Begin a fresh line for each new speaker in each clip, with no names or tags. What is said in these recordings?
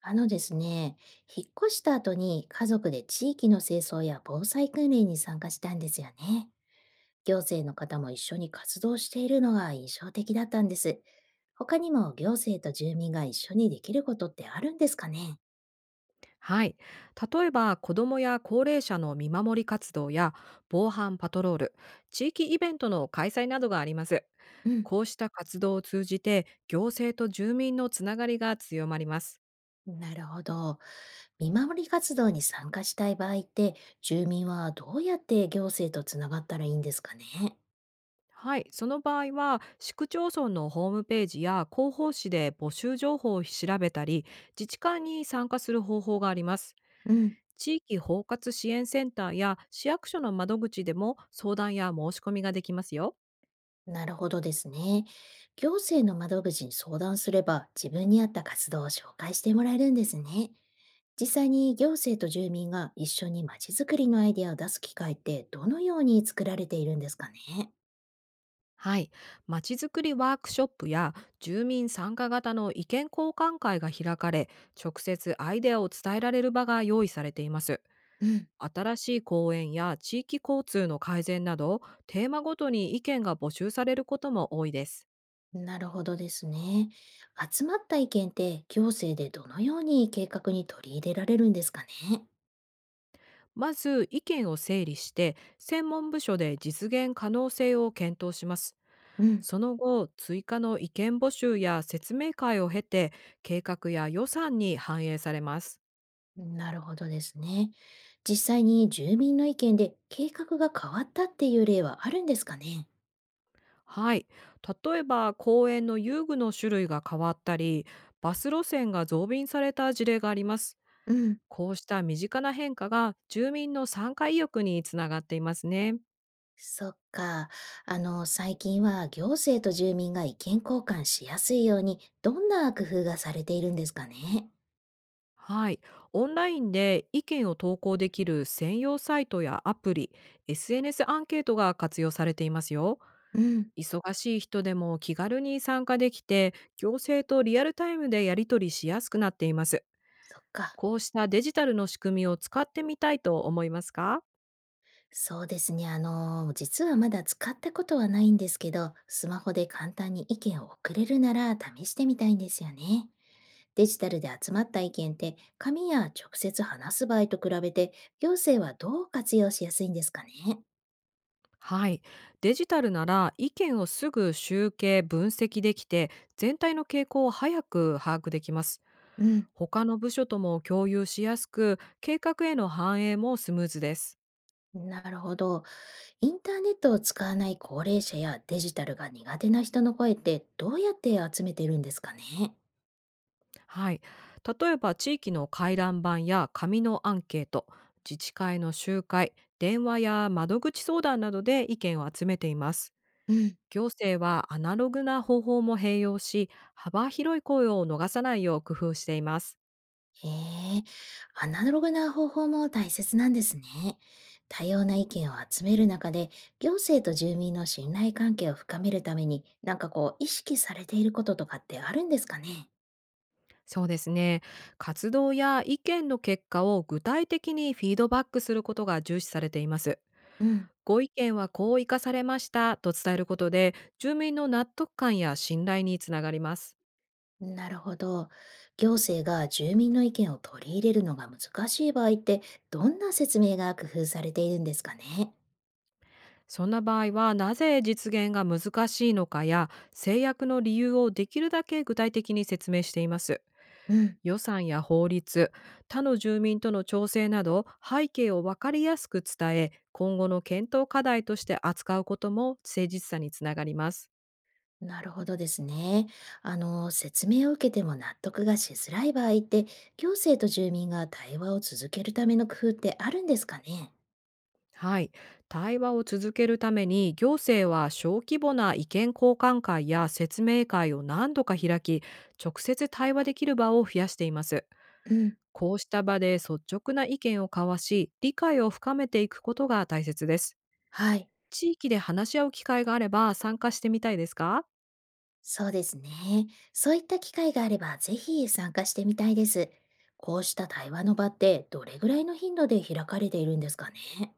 あのですね、引っ越した後に家族で地域の清掃や防災訓練に参加したんですよね。行政の方も一緒に活動しているのが印象的だったんです。他にも行政と住民が一緒にできることってあるんですかね？
はい。例えば、子どもや高齢者の見守り活動や防犯パトロール、地域イベントの開催などがあります。
うん。
こうした活動を通じて、行政と住民のつながりが強まります。
なるほど。見守り活動に参加したい場合って、住民はどうやって行政とつながったらいいんですかね？
はい。その場合は、市区町村のホームページや広報誌で募集情報を調べたり、自治会に参加する方法があります。
うん。
地域包括支援センターや市役所の窓口でも相談や申し込みができますよ。
なるほどですね。行政の窓口に相談すれば自分に合った活動を紹介してもらえるんですね。実際に行政と住民が一緒にまちづくりのアイデアを出す機会ってどのように作られているんですかね。
はい。まちづくりワークショップや住民参加型の意見交換会が開かれ、直接アイデアを伝えられる場が用意されています。
うん、
新しい公園や地域交通の改善など、テーマごとに意見が募集されることも多いです。
なるほどですね。集まった意見って行政でどのように計画に取り入れられるんですかね。
まず意見を整理して、専門部署で実現可能性を検討します。
うん、
その後、追加の意見募集や説明会を経て、計画や予算に反映されます。
なるほどですね。実際に住民の意見で計画が変わったっていう例はあるんですかね。
はい。例えば公園の遊具の種類が変わったり、バス路線が増便された事例があります。
うん。
こうした身近な変化が住民の参加意欲につながっていますね。
そっか。最近は行政と住民が意見交換しやすいように、どんな工夫がされているんですかね。
はい。オンラインで意見を投稿できる専用サイトやアプリ、SNS アンケートが活用されていますよ。
うん、
忙しい人でも気軽に参加できて、行政とリアルタイムでやり取りしやすくなっています。
そっか。
こうしたデジタルの仕組みを使ってみたいと思いますか？
そうですね。実はまだ使ったことはないんですけど、スマホで簡単に意見を送れるなら試してみたいんですよね。デジタルで集まった意見って、紙や直接話す場合と比べて、行政はどう活用しやすいんですかね。
はい。デジタルなら意見をすぐ集計、分析できて、全体の傾向を早く把握できます。
うん、
他の部署とも共有しやすく、計画への反映もスムーズです。
なるほど。インターネットを使わない高齢者やデジタルが苦手な人の声ってどうやって集めてるんですかね？
はい。例えば地域の回覧板や紙のアンケート、自治会の集会、電話や窓口相談などで意見を集めています。
うん、
行政はアナログな方法も併用し、幅広い声を逃さないよう工夫しています。
へえ、アナログな方法も大切なんですね。多様な意見を集める中で、行政と住民の信頼関係を深めるために、なんかこう、意識されていることとかってあるんですかね？
そうですね。活動や意見の結果を具体的にフィードバックすることが重視されています。
うん、
ご意見はこう生かされましたと伝えることで、住民の納得感や信頼につながります。
なるほど。行政が住民の意見を取り入れるのが難しい場合って、どんな説明が工夫されているんですかね？
そんな場合は、なぜ実現が難しいのかや、制約の理由をできるだけ具体的に説明しています。
うん。
予算や法律、他の住民との調整など、背景を分かりやすく伝え、今後の検討課題として扱うことも誠実さにつながります。
なるほどですね。説明を受けても納得がしづらい場合って、行政と住民が対話を続けるための工夫ってあるんですかね？
はい。対話を続けるために、行政は小規模な意見交換会や説明会を何度か開き、直接対話できる場を増やしています。
うん、
こうした場で率直な意見を交わし、理解を深めていくことが大切です。
はい。
地域で話し合う機会があれば参加してみたいですか？
そうですね。そういった機会があれば、ぜひ参加してみたいです。こうした対話の場って、どれぐらいの頻度で開かれているんですかね？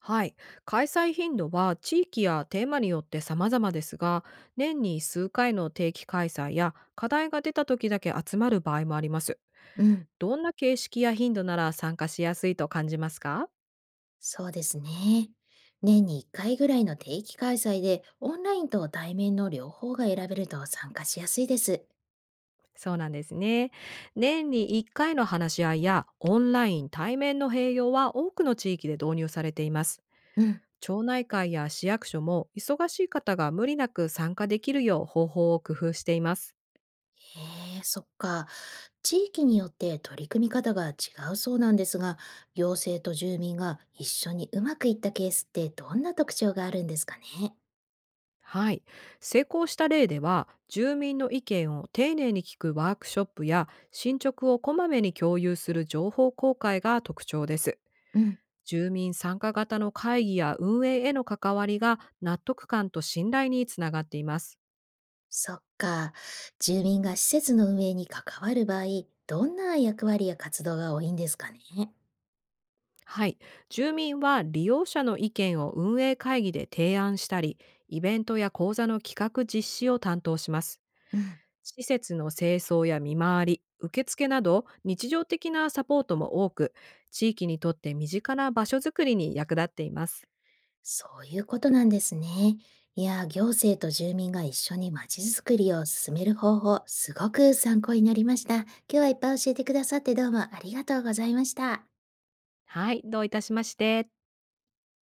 はい。開催頻度は地域やテーマによって様々ですが、年に数回の定期開催や課題が出た時だけ集まる場合もあります。
うん、
どんな形式や頻度なら参加しやすいと感じますか？
そうですね。年に1回ぐらいの定期開催で、オンラインと対面の両方が選べると参加しやすいです。
そうなんですね。年に1回の話し合いやオンライン対面の併用は多くの地域で導入されています。
うん。
町内会や市役所も忙しい方が無理なく参加できるよう方法を工夫しています。
へえ、そっか。地域によって取り組み方が違うそうなんですが、行政と住民が一緒にうまくいったケースってどんな特徴があるんですかね？
はい。成功した例では、住民の意見を丁寧に聞くワークショップや、進捗をこまめに共有する情報公開が特徴です。
うん、
住民参加型の会議や運営への関わりが納得感と信頼につながっています。
そっか。住民が施設の運営に関わる場合、どんな役割や活動が多いんですかね？
はい。住民は利用者の意見を運営会議で提案したり、イベントや講座の企画実施を担当します。
うん、
施設の清掃や見回り、受付など日常的なサポートも多く、地域にとって身近な場所づくりに役立っています。
そういうことなんですね。いや、行政と住民が一緒にまちづくりを進める方法、すごく参考になりました。今日はいっぱい教えてくださってどうもありがとうございました。
はい。どういたしまして。